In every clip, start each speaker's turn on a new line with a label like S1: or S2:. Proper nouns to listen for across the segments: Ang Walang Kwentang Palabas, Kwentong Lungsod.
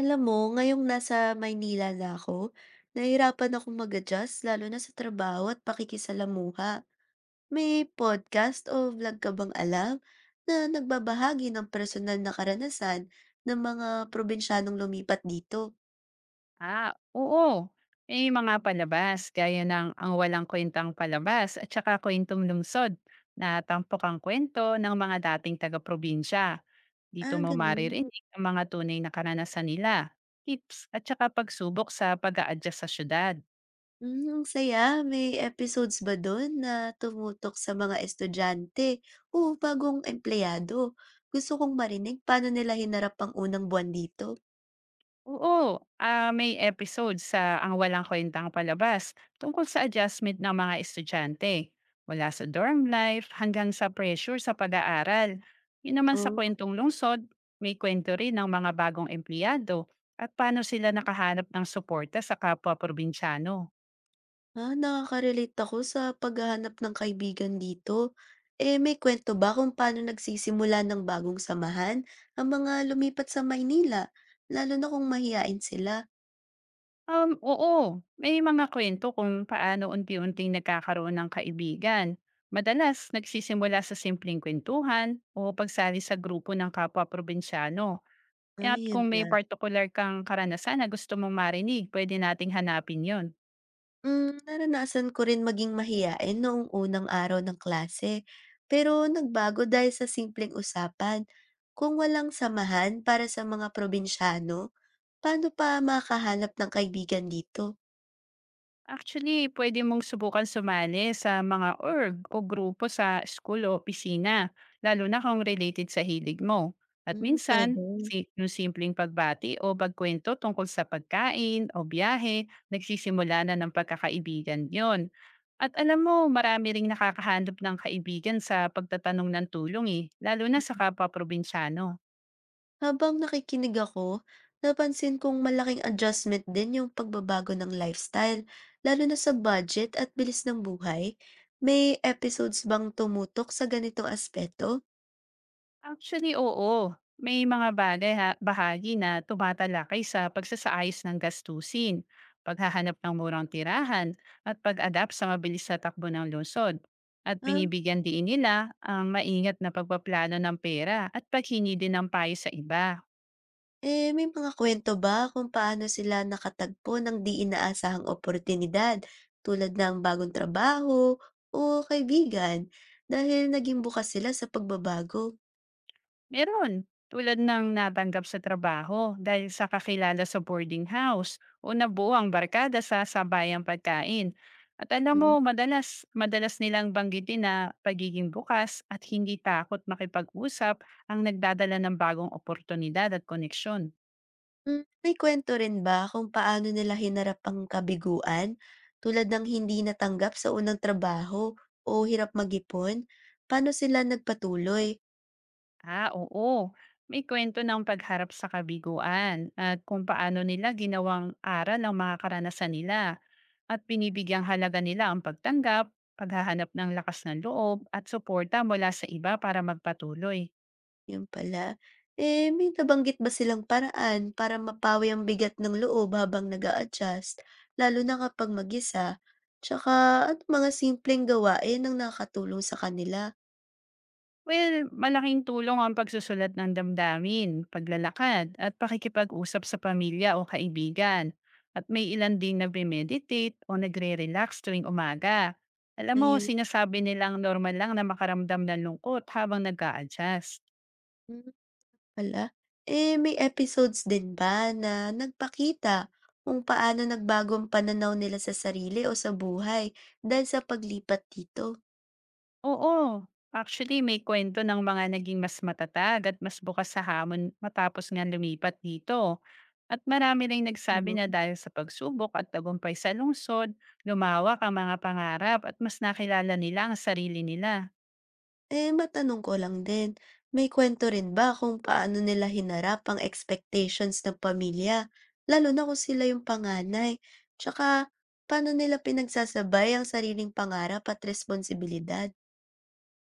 S1: Alam mo, ngayong nasa Maynila na ako, nahirapan akong mag-adjust lalo na sa trabaho at pakikisalamuha. May podcast o vlog ka bang alam na nagbabahagi ng personal na karanasan ng mga probinsyanong lumipat dito?
S2: Oo. May mga palabas gaya ng Ang Walang Kwentang Palabas at saka Kwentong Lungsod na tampok ang kwento ng mga dating taga-probinsya. Dito
S1: Ah,
S2: mo
S1: ganun.
S2: maririnig ang mga tunay na karanasan nila, tips at saka pagsubok sa pag a adjust sa syudad.
S1: Ang saya. May episodes ba doon na tumutok sa mga estudyante o bagong empleyado? Gusto kong marinig paano nila hinarap ang unang buwan dito.
S2: Oo, may episode sa Ang Walang Kwentang Palabas tungkol sa adjustment ng mga estudyante, mula sa dorm life hanggang sa pressure sa pag-aaral. Yun naman sa
S1: Oh.
S2: kwentong lungsod, may kwento rin ng mga bagong empleyado at paano sila nakahanap ng suporta sa kapwa probinsyano.
S1: Ah, nakaka-relate ako sa paghahanap ng kaibigan dito. Eh, may kwento ba kung paano nagsisimula ng bagong samahan ang mga lumipat sa Maynila, lalo na kung mahiyain sila?
S2: Oo, may mga kwento kung paano unti-unting nagkakaroon ng kaibigan. Madalas, nagsisimula sa simpleng kwentuhan o pagsali sa grupo ng kapwa probinsyano.
S1: Ah,
S2: At
S1: yun
S2: kung may
S1: nga.
S2: particular kang karanasan na gusto mong marinig, pwede nating hanapin yon.
S1: Naranasan ko rin maging mahiyain noong unang araw ng klase, pero nagbago dahil sa simpleng usapan. Kung walang samahan para sa mga probinsyano, paano pa makahanap ng kaibigan dito?
S2: Actually, pwede mong subukan sumali sa mga org o grupo sa school o opisina, lalo na kung related sa hilig mo. At
S1: Hmm, pwede.
S2: minsan, si yung simpleng pagbati o pagkwento tungkol sa pagkain o biyahe, nagsisimula na ng pagkakaibigan yon. At alam mo, marami ring nakakahanap ng kaibigan sa pagtatanong ng tulong eh, lalo na sa kapwa probinsyano.
S1: Habang nakikinig ako, napansin kong malaking adjustment din yung pagbabago ng lifestyle, lalo na sa budget at bilis ng buhay. May episodes bang tumutok sa ganitong aspeto?
S2: Actually, oo. May mga bale ha bahagi na tumatalakay sa pagsasaayos ng gastusin, paghahanap ng murang tirahan, at pag-adapt sa mabilis na takbo ng lungsod. At
S1: Ah,
S2: binibigyan din nila ang maingat na pagpaplano ng pera at paghingi din ng payo sa iba.
S1: eh, may mga kwento ba kung paano sila nakatagpo ng di inaasahang oportunidad tulad ng bagong trabaho o kaibigan dahil naging bukas sila sa pagbabago?
S2: Meron, tulad ng natanggap sa trabaho dahil sa kakilala sa boarding house o nabuo ang barkada sa sabayang pagkain. At alam
S1: Hmm.
S2: mo, madalas nilang banggitin na pagiging bukas at hindi takot makipag-usap ang nagdadala ng bagong oportunidad at koneksyon.
S1: May kwento rin ba kung paano nila hinarap ang kabiguan, tulad ng hindi natanggap sa unang trabaho o hirap mag-ipon? Paano sila nagpatuloy?
S2: Oo. May kwento ng pagharap sa kabiguan at kung paano nila ginawang aral ang mga karanasan nila. At binibigyang halaga nila ang pagtanggap, paghahanap ng lakas ng loob at suporta mula sa iba para magpatuloy.
S1: Yun pala. Eh, may nabanggit ba silang paraan para mapawi ang bigat ng loob habang nag adjust lalo na kapag mag-isa? Tsaka, at mga simpleng gawain ang nakatulong sa kanila?
S2: Well, malaking tulong ang pagsusulat ng damdamin, paglalakad, at pakikipag-usap sa pamilya o kaibigan. At may ilan din nagme-meditate o nagre-relax tuwing umaga. Alam mo,
S1: Ngayon.
S2: sinasabi nilang normal lang na makaramdam ng lungkot habang nag adjust.
S1: Hmm. Hala, eh, may episodes din ba na nagpakita kung paano nagbago ang pananaw nila sa sarili o sa buhay dahil sa paglipat dito,
S2: Oo, actually may kuwento ng mga naging mas matatag at mas bukas sa hamon matapos nga lumipat dito. At marami ring nagsabi
S1: ano?
S2: na dahil sa pagsubok at tagumpay sa lungsod, lumawak ang mga pangarap at mas nakilala nila ang sarili nila.
S1: Eh, matanong ko lang din, may kwento rin ba kung paano nila hinarap ang expectations ng pamilya, lalo na kung sila yung panganay? Tsaka, paano nila pinagsasabay ang sariling pangarap at responsibilidad?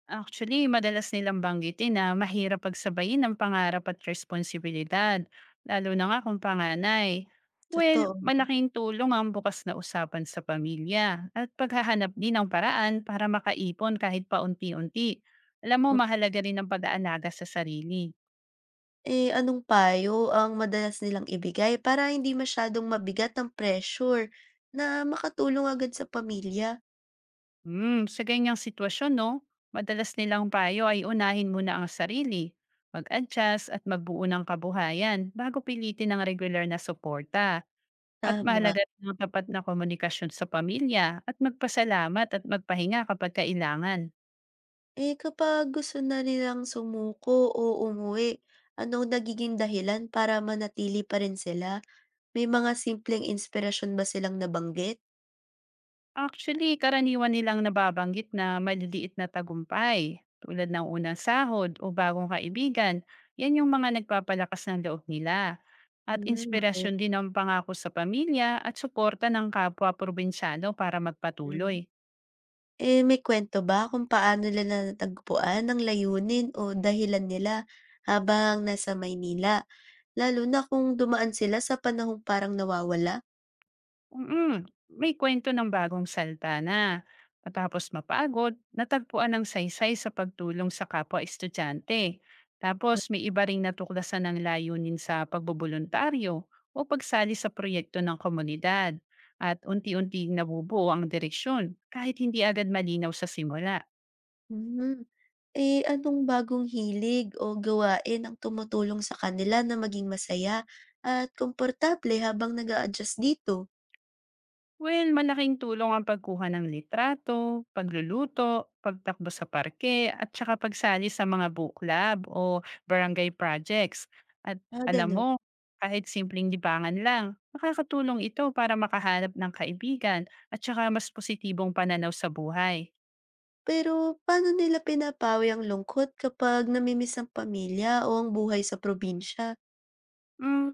S2: Actually, madalas nilang banggitin na mahirap pagsabayin ang pangarap at responsibilidad, lalo na nga kung panganay. Well,
S1: Totoo.
S2: malaking tulong ang bukas na usapan sa pamilya at paghahanap din ng paraan para makaipon kahit paunti-unti. Alam mo, mahalaga rin ang pag-aalaga sa sarili.
S1: Eh, anong payo ang madalas nilang ibigay para hindi masyadong mabigat ang pressure na makatulong agad sa pamilya?
S2: Hmm, sa ganyang sitwasyon, no? Madalas nilang payo ay unahin muna ang sarili, mag-adjust at magbuo ng kabuhayan bago pilitin ang regular na suporta. At
S1: Tama.
S2: mahalaga rin ang tapat na komunikasyon sa pamilya at magpasalamat at magpahinga kapag kailangan.
S1: Eh, kapag gusto na nilang sumuko o umuwi, anong nagiging dahilan para manatili pa rin sila? May mga simpleng inspirasyon ba silang nabanggit?
S2: Actually, karaniwan nilang nababanggit na maliliit na tagumpay tulad ng unang sahod o bagong kaibigan. Yan yung mga nagpapalakas ng loob nila. At
S1: Hmm, okey.
S2: inspirasyon din ang pangako sa pamilya at suporta ng kapwa probinsyano para magpatuloy.
S1: Hmm. Eh, may kwento ba kung paano nila natagpuan ang layunin o dahilan nila habang nasa Maynila? Lalo na kung dumaan sila sa panahong parang nawawala.
S2: Mm, may kuwento ng bagong salta na matapos mapagod, natagpuan ng saysay sa pagtulong sa kapwa-estudyante. Tapos may iba ring natuklasan ng layunin sa pagbobolontaryo o pagsali sa proyekto ng komunidad at unti-unting nabubuo ang direksyon kahit hindi agad malinaw sa simula.
S1: Hmm, eh, anong bagong hilig o gawain ang tumutulong sa kanila na maging masaya at komportable habang nag adjust dito?
S2: Well, malaking tulong ang pagkuha ng litrato, pagluluto, pagtakbo sa parke, at saka pagsali sa mga book club o barangay projects. At
S1: Ah,
S2: alam
S1: gano'n.
S2: mo, kahit simpleng libangan lang, nakakatulong ito para makahanap ng kaibigan at saka mas positibong pananaw sa buhay.
S1: Pero paano nila pinapawi ang lungkot kapag namimiss ang pamilya o ang buhay sa probinsya?
S2: Mm,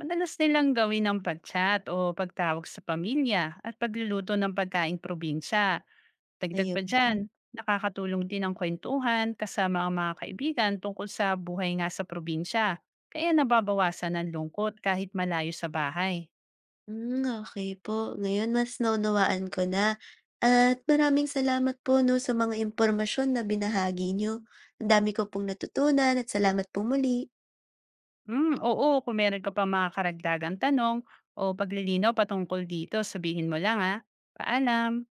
S2: madalas nilang gawin ang pagchat o pagtawag sa pamilya at pagluluto ng pagkaing probinsya. Dagdag
S1: Ayun.
S2: pa diyan, nakakatulong din ang kwentuhan kasama ang mga kaibigan tungkol sa buhay nga sa probinsya. Kaya nababawasan ang lungkot kahit malayo sa bahay.
S1: Hmm, okay po. Ngayon mas naunawaan ko na at maraming salamat po 'no, sa mga impormasyon na binahagi niyo. Ang dami ko pong natutunan at salamat po muli.
S2: Hmm, oo, kung meron ka pa mga karagdagang tanong o paglilinaw patungkol dito, sabihin mo lang ha. Paalam!